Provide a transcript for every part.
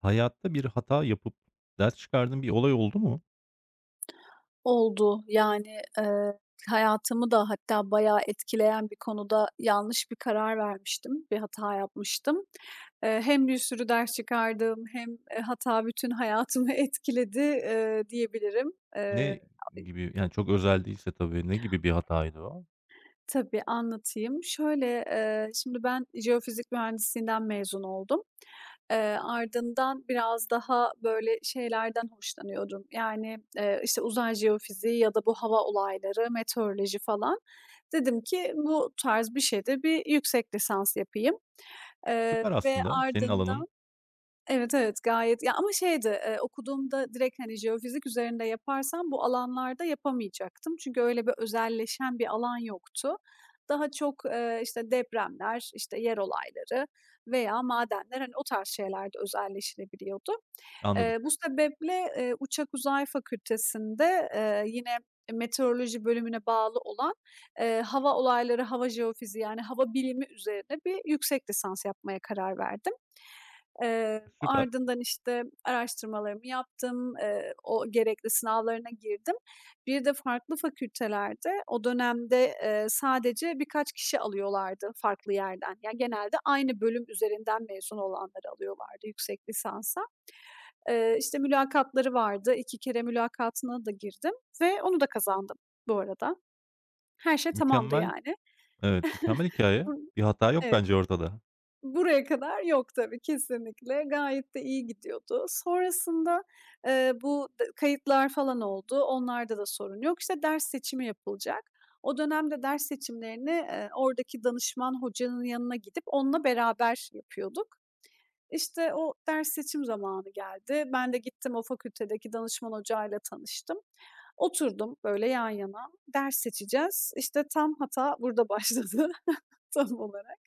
Hayatta bir hata yapıp ders çıkardığın bir olay oldu mu? Oldu. Yani, hayatımı da hatta bayağı etkileyen bir konuda yanlış bir karar vermiştim, bir hata yapmıştım. Hem bir sürü ders çıkardım hem, hata bütün hayatımı etkiledi, diyebilirim. Ne gibi, yani, çok özel değilse tabii, ne gibi bir hataydı o? Tabii, anlatayım. Şöyle, şimdi ben jeofizik mühendisliğinden mezun oldum. Eee, ardından biraz daha böyle şeylerden hoşlanıyordum. Yani, işte, uzay jeofiziği ya da bu hava olayları, meteoroloji falan. Dedim ki bu tarz bir şeyde bir yüksek lisans yapayım, Süper ve aslında, senin ardından. alanın. Evet, evet, gayet. Ya, ama şeydi, okuduğumda direkt, hani, jeofizik üzerinde yaparsam bu alanlarda yapamayacaktım. Çünkü öyle bir özelleşen bir alan yoktu. Daha çok, işte, depremler, işte, yer olayları veya madenler, hani, o tarz şeylerde özelleşilebiliyordu. Anladım. Bu sebeple, Uçak Uzay Fakültesi'nde, yine meteoroloji bölümüne bağlı olan, hava olayları, hava jeofiziği yani hava bilimi üzerine bir yüksek lisans yapmaya karar verdim. Süper, Ardından, işte, araştırmalarımı yaptım, o gerekli sınavlarına girdim. Bir de farklı fakültelerde o dönemde, sadece birkaç kişi alıyorlardı farklı yerden. Yani genelde aynı bölüm üzerinden mezun olanları alıyorlardı yüksek lisansa. İşte mülakatları vardı. 2 kere mülakatına da girdim ve onu da kazandım bu arada. Her şey tamamdı mükemmel, yani. evet, mükemmel hikaye. Bur Bir hata yok Evet, bence ortada. buraya kadar yok tabii kesinlikle. Gayet de iyi gidiyordu. Sonrasında, bu kayıtlar falan oldu. Onlarda da sorun yok. İşte ders seçimi yapılacak. O dönemde ders seçimlerini, oradaki danışman hocanın yanına gidip onunla beraber yapıyorduk. İşte, o ders seçim zamanı geldi. Ben de gittim o fakültedeki danışman hocayla tanıştım. Oturdum böyle yan yana, ders seçeceğiz. İşte, tam hata burada başladı tam olarak.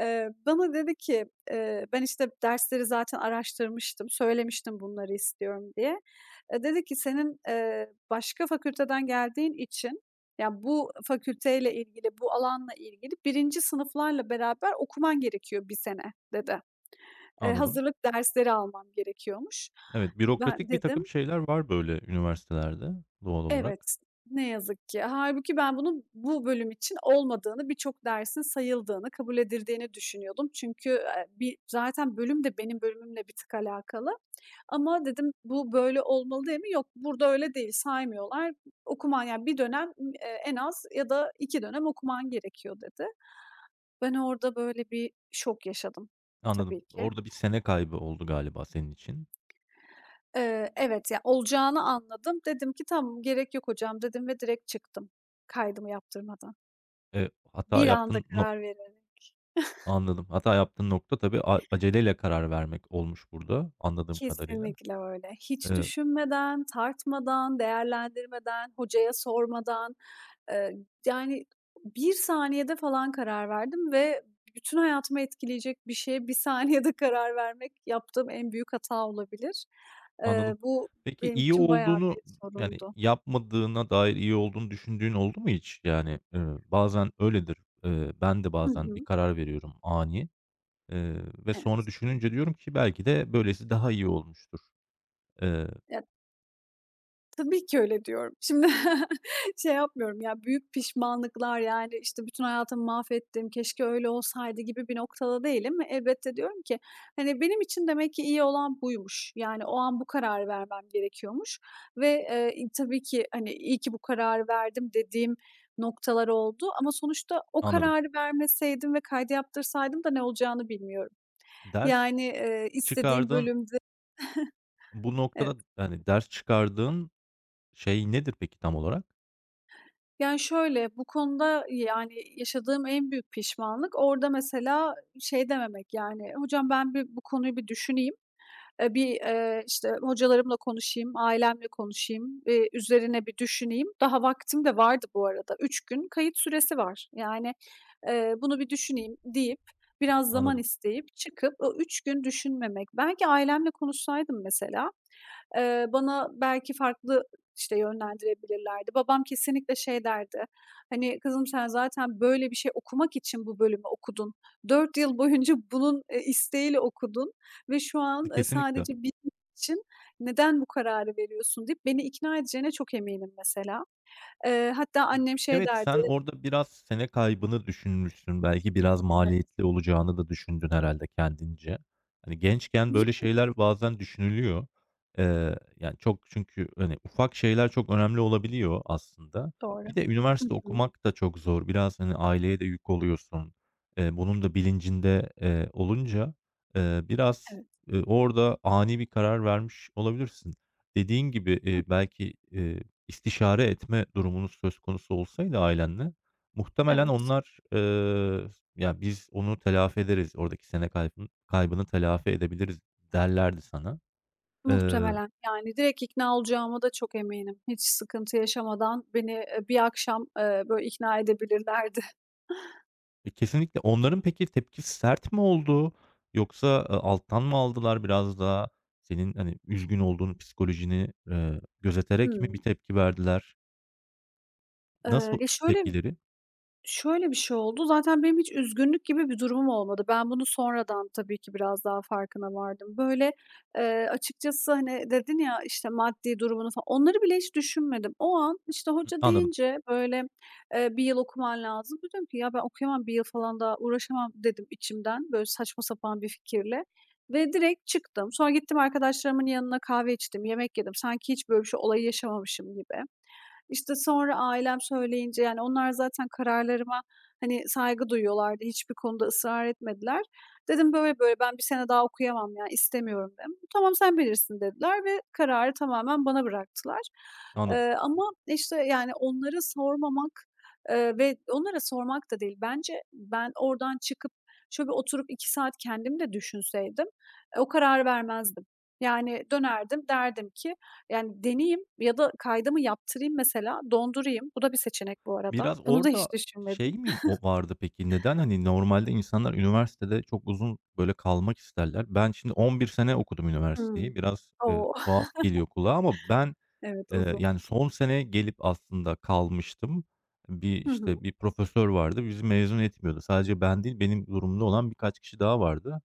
Bana dedi ki, ben, işte, dersleri zaten araştırmıştım, söylemiştim bunları istiyorum diye. Dedi ki senin, başka fakülteden geldiğin için, yani bu fakülteyle ilgili, bu alanla ilgili birinci sınıflarla beraber okuman gerekiyor bir sene dedi. Anladım. Hazırlık dersleri almam gerekiyormuş. Evet, Ben bürokratik bir dedim, takım şeyler var böyle üniversitelerde doğal olarak. evet, ne yazık ki. Hâlbuki ben bunun bu bölüm için olmadığını, birçok dersin sayıldığını, kabul edildiğini düşünüyordum. Çünkü, bir zaten bölüm de benim bölümümle bir tık alakalı ama dedim, "Bu böyle olmalı değil mi?" Yok, burada öyle değil, saymıyorlar. Okuman yani bir dönem, en az ya da 2 dönem okuman gerekiyor dedi. Ben orada böyle bir şok yaşadım Anladım. tabii ki. Orada bir sene kaybı oldu galiba senin için. Evet, ya, olacağını anladım. Dedim ki "Tamam, gerek yok hocam." dedim ve direkt çıktım kaydımı yaptırmadan. Hata Bir anda yaptın no karar vererek. anladım. Hata yaptığın nokta tabii aceleyle karar vermek olmuş burada anladığım kadarıyla. Kesinlikle öyle. Hiç Eee düşünmeden, tartmadan, değerlendirmeden, hocaya sormadan, eee, yani bir saniyede falan karar verdim ve bütün hayatımı etkileyecek bir şeye bir saniyede karar vermek yaptığım en büyük hata olabilir. Anladım. Bu Peki benim iyi için bayağı olduğunu, bir yani, sorundu. yapmadığına dair iyi olduğunu düşündüğün oldu mu hiç? Yani, bazen öyledir. Ben de Hı bazen bir hı. karar veriyorum ani, ve sonra Evet. düşününce diyorum ki belki de böylesi daha iyi olmuştur. Eee, Ya, tabii ki öyle diyorum. Şimdi şey yapmıyorum ya, büyük pişmanlıklar, yani, işte, bütün hayatımı mahvettim, keşke öyle olsaydı gibi bir noktada değilim ve elbette diyorum ki, hani, benim için demek ki iyi olan buymuş. Yani, o an bu kararı vermem gerekiyormuş ve, tabii ki, hani, iyi ki bu kararı verdim dediğim noktalar oldu ama sonuçta o anladım. kararı vermeseydim ve kaydı yaptırsaydım da ne olacağını bilmiyorum. Ders Yani, istediğim çıkardığın bölümde. bu noktada, Evet. yani ders çıkardığın şey nedir peki tam olarak? Yani, şöyle, bu konuda, yani, yaşadığım en büyük pişmanlık orada mesela şey dememek, yani, "Hocam, ben bir bu konuyu bir düşüneyim, bir, işte, hocalarımla konuşayım, ailemle konuşayım, üzerine bir düşüneyim." Daha vaktim de vardı bu arada. 3 gün kayıt süresi var. Yani, "Bunu bir düşüneyim." deyip, biraz zaman Anladım. isteyip, çıkıp o 3 gün düşünmemek. Belki ailemle konuşsaydım mesela. Bana belki farklı, işte, yönlendirebilirlerdi. Babam kesinlikle şey derdi, hani, "Kızım sen zaten böyle bir şey okumak için bu bölümü okudun. 4 yıl boyunca bunun, isteğiyle okudun ve şu an, E, kesinlikle. sadece bilmek için neden bu kararı veriyorsun?" deyip beni ikna edeceğine çok eminim mesela. Hatta annem şey Evet, derdi, sen orada biraz sene kaybını düşünmüşsün. Belki biraz evet. maliyetli olacağını da düşündün herhalde kendince. Hani, gençken böyle şeyler bazen düşünülüyor. Yani, çok çünkü, hani, ufak şeyler çok önemli olabiliyor aslında. Doğru. Bir de Hı üniversite hı. okumak da çok zor. Biraz, hani, aileye de yük oluyorsun. Bunun da bilincinde olunca, eee, biraz, Evet, orada ani bir karar vermiş olabilirsin. Dediğin gibi, belki, İstişare etme durumunuz söz konusu olsaydı ailenle, muhtemelen evet. onlar, "Ya, biz onu telafi ederiz, oradaki sene kaybını telafi edebiliriz." derlerdi sana. Eee, Muhtemelen. Yani, direkt ikna olacağıma da çok eminim. Hiç sıkıntı yaşamadan beni, bir akşam, böyle ikna edebilirlerdi. kesinlikle onların peki tepkisi sert mi oldu yoksa, alttan mı aldılar biraz daha? Senin, hani, üzgün olduğun psikolojini, gözeterek mi bir Hımm. tepki verdiler? Eee, Nasıl ya şöyle tepkileri? Şöyle bir şey oldu, zaten benim hiç üzgünlük gibi bir durumum olmadı. Ben bunu sonradan tabii ki biraz daha farkına vardım. Böyle, açıkçası, hani, dedin ya, işte, maddi durumunu falan, onları bile hiç düşünmedim. O an, işte, Hı, hoca anladım, deyince, böyle, 1 yıl okuman lazım. Dedim ki, "Ya, ben okuyamam bir yıl falan daha uğraşamam." dedim içimden, böyle saçma sapan bir fikirle ve direkt çıktım. Sonra gittim arkadaşlarımın yanına kahve içtim, yemek yedim. Sanki hiç böyle bir şey, olayı yaşamamışım gibi. İşte, sonra ailem söyleyince, yani, onlar zaten kararlarıma, hani, saygı duyuyorlardı. Hiçbir konuda ısrar etmediler. Dedim, "Böyle böyle ben bir sene daha okuyamam ya, istemiyorum." dedim. "Tamam, sen bilirsin." dediler ve kararı tamamen bana bıraktılar. anladım. Ama, işte, yani, onlara sormamak, ve onlara sormak da değil, bence ben oradan çıkıp şöyle bir oturup 2 saat kendim de düşünseydim, o kararı vermezdim. Yani, dönerdim derdim ki yani, deneyeyim ya da kaydımı yaptırayım mesela, dondurayım. Bu da bir seçenek bu arada. Biraz Bunu da orada hiç şey düşünmedim. mi o vardı peki? Neden, hani, normalde insanlar üniversitede çok uzun, böyle, kalmak isterler. Ben şimdi 11 sene okudum üniversiteyi. Hımm. Biraz, O! tuhaf geliyor kulağa ama ben Evet, uzun. yani, son sene gelip aslında kalmıştım. Bir, Hı hı, işte, bir profesör vardı, bizi mezun etmiyordu. Sadece ben değil, benim durumda olan birkaç kişi daha vardı.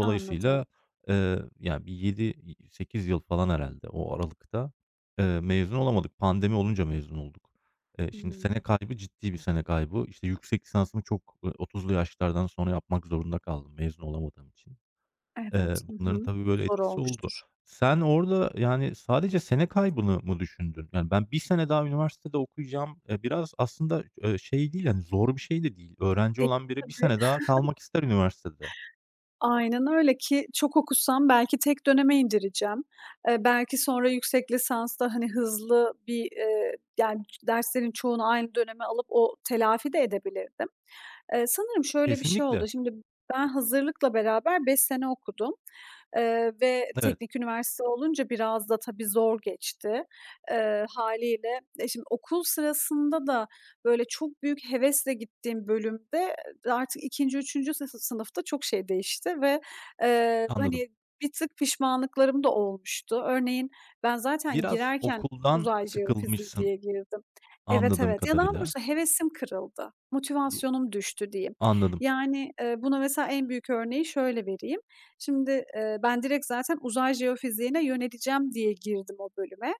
anladım. Yani, bir 7, 8 yıl falan herhalde o aralıkta, mezun olamadık. Pandemi olunca mezun olduk. Şimdi Hımm. sene kaybı ciddi bir sene kaybı. İşte, yüksek lisansımı çok, 30'lu yaşlardan sonra yapmak zorunda kaldım mezun olamadığım için. Eee, Evet. Hı bunların hı. tabii böyle Zor etkisi oldu. olmuştur. Sen orada, yani, sadece sene kaybını mı düşündün? Yani, ben bir sene daha üniversitede okuyacağım, biraz aslında, şey değil, yani zor bir şey de değil. Öğrenci Değil olan biri bir tabii. sene daha kalmak ister üniversitede. Aynen öyle ki çok okusam belki tek döneme indireceğim. Belki sonra yüksek lisansta, hani, hızlı bir, yani, derslerin çoğunu aynı döneme alıp o telafi de edebilirdim. Sanırım şöyle bir şey Kesinlikle. oldu. Şimdi ben hazırlıkla beraber 5 sene okudum. Ve Evet, teknik üniversite olunca biraz da tabii zor geçti, hâliyle. E, şimdi okul sırasında da böyle çok büyük hevesle gittiğim bölümde e, artık ikinci üçüncü sınıfta çok şey değişti ve, anladım. hani, bir tık pişmanlıklarım da olmuştu. Örneğin ben zaten Biraz girerken okuldan uzay jeofiziği sıkılmışsın diye girdim. Evet, anladığım evet. Ya, daha kadarıyla. doğrusu hevesim kırıldı, Y motivasyonum düştü diyeyim. anladım. Yani, buna mesela en büyük örneği şöyle vereyim. Şimdi, ben direkt zaten uzay jeofiziğine yöneleceğim diye girdim o bölüme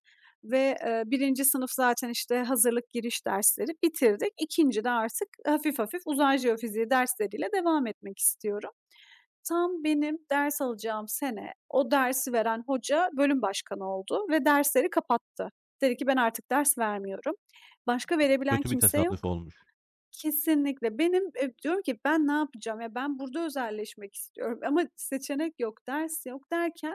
ve, 1. sınıf zaten, işte, hazırlık giriş dersleri bitirdik. İkinci de artık hafif hafif uzay jeofiziği dersleriyle devam etmek istiyorum. Tam benim ders alacağım sene o dersi veren hoca bölüm başkanı oldu ve dersleri kapattı. Dedi ki, "Ben artık ders vermiyorum." Başka verebilen Kötü bir kimse yok. tesadüf olmuş. Kesinlikle. Benim, diyorum ki ben ne yapacağım? Ya, ben burada özelleşmek istiyorum ama seçenek yok, ders yok derken,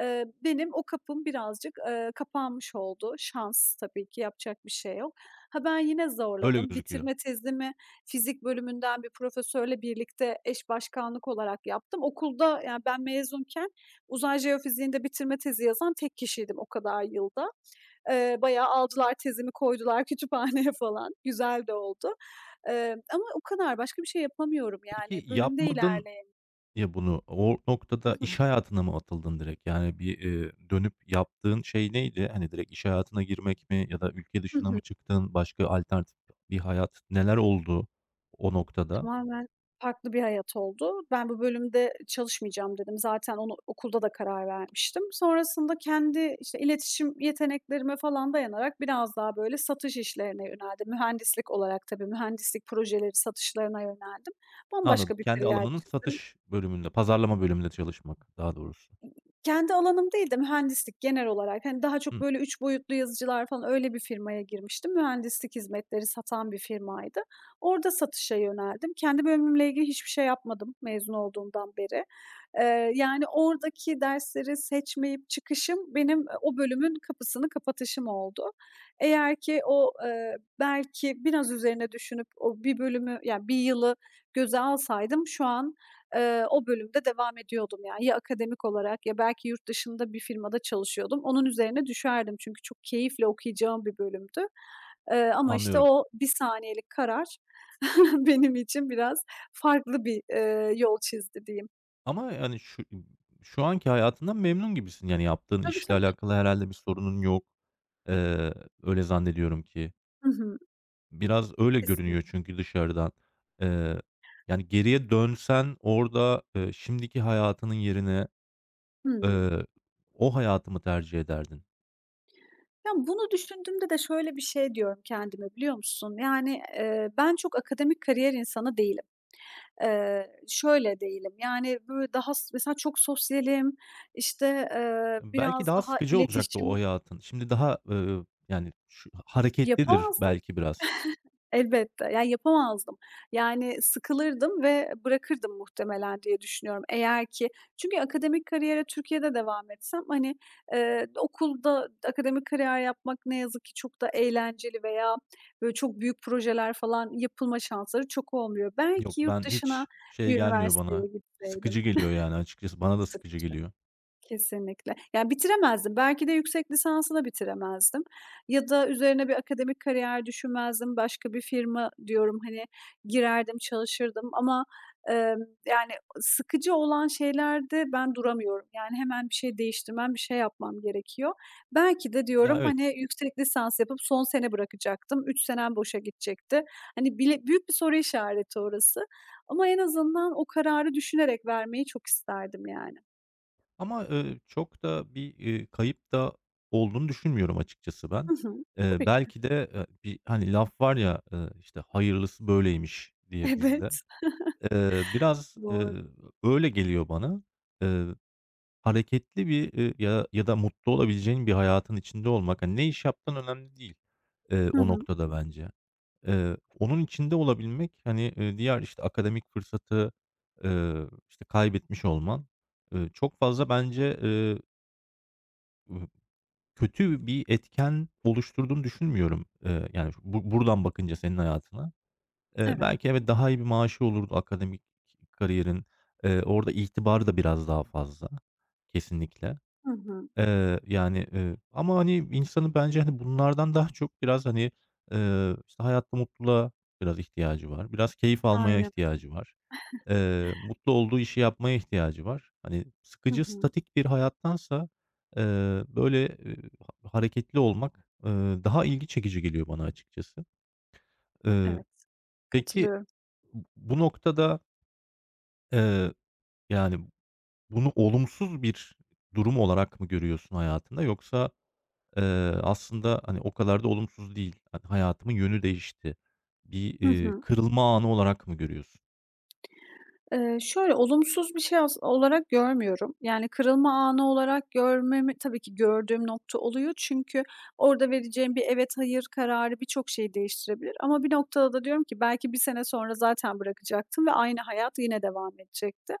benim o kapım birazcık, kapanmış oldu. Şans tabii ki yapacak bir şey yok. Ha, ben yine Öyle zorladım. gözüküyor. Bitirme tezimi fizik bölümünden bir profesörle birlikte eş başkanlık olarak yaptım. Okulda, yani, ben mezunken uzay jeofiziğinde bitirme tezi yazan tek kişiydim o kadar yılda. Bayağı aldılar tezimi koydular kütüphaneye falan. Güzel de oldu. Ama o kadar, başka bir şey yapamıyorum yani. Peki Bölümde yapmadın. ilerleyemiyorum. Ya, bunu o Hı noktada hı. iş hayatına mı atıldın direkt? Yani, bir, dönüp yaptığın şey neydi? Hani, direkt iş hayatına girmek mi ya da ülke Hı dışına hı. mı çıktın? Başka alternatif bir hayat neler oldu o noktada? Tamamen farklı bir hayat oldu. Ben bu bölümde çalışmayacağım dedim. Zaten onu okulda da karar vermiştim. Sonrasında kendi, işte, iletişim yeteneklerime falan dayanarak biraz daha böyle satış işlerine yöneldim. Mühendislik olarak tabii, mühendislik projeleri satışlarına yöneldim. Anladım. Bambaşka bir Kendi kariyer alanının çizdim. satış bölümünde, pazarlama bölümünde çalışmak daha doğrusu. Kendi alanım değil de mühendislik genel olarak. Hani, daha çok Hımm, böyle 3 boyutlu yazıcılar falan öyle bir firmaya girmiştim. Mühendislik hizmetleri satan bir firmaydı. Orada satışa yöneldim. Kendi bölümümle ilgili hiçbir şey yapmadım mezun olduğumdan beri. Yani, oradaki dersleri seçmeyip çıkışım benim, o bölümün kapısını kapatışım oldu. Eğer ki o, belki biraz üzerine düşünüp o bir bölümü, yani bir yılı göze alsaydım şu an. O bölümde devam ediyordum yani. Ya akademik olarak ya belki yurt dışında bir firmada çalışıyordum. Onun üzerine düşerdim çünkü çok keyifle okuyacağım bir bölümdü. Ama işte anlıyorum o bir saniyelik karar benim için biraz farklı bir, yol çizdi diyeyim. ama, yani, şu anki hayatından memnun gibisin. Yani, yaptığın Tabii, işle tabii. alakalı herhalde bir sorunun yok. Eee, öyle zannediyorum ki. Hı hı. Biraz öyle görünüyor Kesinlikle. çünkü dışarıdan. Eee, Yani geriye dönsen orada, şimdiki hayatının yerine, Hımm. eee, o hayatı mı tercih ederdin? Ya, bunu düşündüğümde de şöyle bir şey diyorum kendime biliyor musun? Yani, ben çok akademik kariyer insanı değilim. Şöyle değilim, yani, böyle, daha mesela çok sosyalim, işte, Belki biraz daha daha sıkıcı olacaktı o iletişim. hayatın. Şimdi daha, yani şu hareketlidir Yapamazdım belki biraz. elbette, yani, yapamazdım. Yani, sıkılırdım ve bırakırdım muhtemelen diye düşünüyorum eğer ki. Çünkü akademik kariyere Türkiye'de devam etsem, hani, okulda akademik kariyer yapmak ne yazık ki çok da eğlenceli veya, böyle, çok büyük projeler falan yapılma şansları çok olmuyor. Yok, Belki ben yurt dışına hiç şey bir gelmiyor bana, üniversiteye gitseydim. sıkıcı geliyor yani açıkçası. Bana da sıkıcı Sıkıcı. geliyor. Kesinlikle. Yani bitiremezdim. Belki de yüksek lisansı da bitiremezdim ya da üzerine bir akademik kariyer düşünmezdim. Başka bir firma diyorum, hani, girerdim, çalışırdım ama, emm, yani, sıkıcı olan şeylerde ben duramıyorum. Yani, hemen bir şey değiştirmem, bir şey yapmam gerekiyor. Belki de Ya, diyorum, evet. hani, yüksek lisans yapıp son sene bırakacaktım. 3 senem boşa gidecekti. Hani, bile büyük bir soru işareti orası ama en azından o kararı düşünerek vermeyi çok isterdim yani. Ama, çok da bir, kayıp da olduğunu düşünmüyorum açıkçası ben. Hı hı. Eee, Tabii ki. belki de, bir, hani, laf var ya, işte, "Hayırlısı böyleymiş." diye bizde. Evet, Eee, biraz, eee, doğru. öyle geliyor bana. Eee, hareketli bir, ya ya da mutlu olabileceğin bir hayatın içinde olmak, hani, ne iş yaptığın önemli değil, Hı o hı. noktada bence. Onun içinde olabilmek, hani, diğer, işte, akademik fırsatı, işte, kaybetmiş olman, çok fazla bence, Iıı, kötü bir etken oluşturduğunu düşünmüyorum. Yani, bu buradan bakınca senin hayatına. Eee, Evet. belki evet, daha iyi bir maaşı olurdu akademik kariyerin. Orada itibarı da biraz daha fazla kesinlikle. Hı hı. Ama, hani, insanın bence, hani, bunlardan daha çok biraz, hani, işte, hayatta mutluluğa biraz ihtiyacı var. Biraz keyif almaya Aynen. ihtiyacı var. Mutlu olduğu işi yapmaya ihtiyacı var. Hani, Hı sıkıcı, hı. statik bir hayattansa, böyle, hareketli olmak, daha ilgi çekici geliyor bana açıkçası. Eee, Evet, peki, katılıyorum. bu noktada, eee, yani, bunu olumsuz bir durum olarak mı görüyorsun hayatında yoksa, eee, aslında, hani, o kadar da olumsuz değil, hani, hayatımın yönü değişti, bir, Hı hı. kırılma anı olarak mı görüyorsun? Şöyle, olumsuz bir şey olarak görmüyorum. Yani kırılma anı olarak görmemi tabii ki gördüğüm nokta oluyor. Çünkü orada vereceğim bir evet, hayır kararı birçok şeyi değiştirebilir ama bir noktada da diyorum ki belki bir sene sonra zaten bırakacaktım ve aynı hayat yine devam edecekti.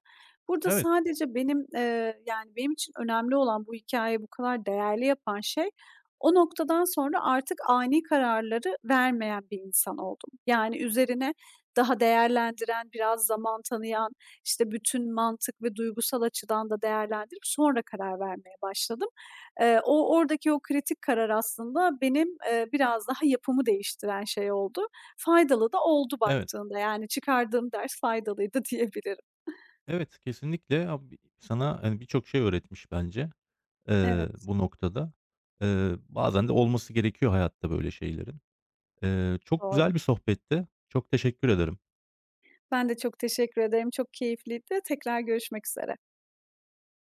Burada Evet, sadece benim, yani, benim için önemli olan bu hikayeyi bu kadar değerli yapan şey, o noktadan sonra artık ani kararları vermeyen bir insan oldum. Yani, üzerine daha değerlendiren, biraz zaman tanıyan, işte, bütün mantık ve duygusal açıdan da değerlendirip sonra karar vermeye başladım. O oradaki o kritik karar aslında benim, biraz daha yapımı değiştiren şey oldu. Faydalı da oldu evet. baktığında, yani, çıkardığım ders faydalıydı diyebilirim. Evet, kesinlikle. Abi, sana, hani, birçok şey öğretmiş bence, Evet, bu noktada. Bazen de olması gerekiyor hayatta böyle şeylerin. Çok doğru. güzel bir sohbetti. Çok teşekkür ederim. Ben de çok teşekkür ederim. Çok keyifliydi. Tekrar görüşmek üzere.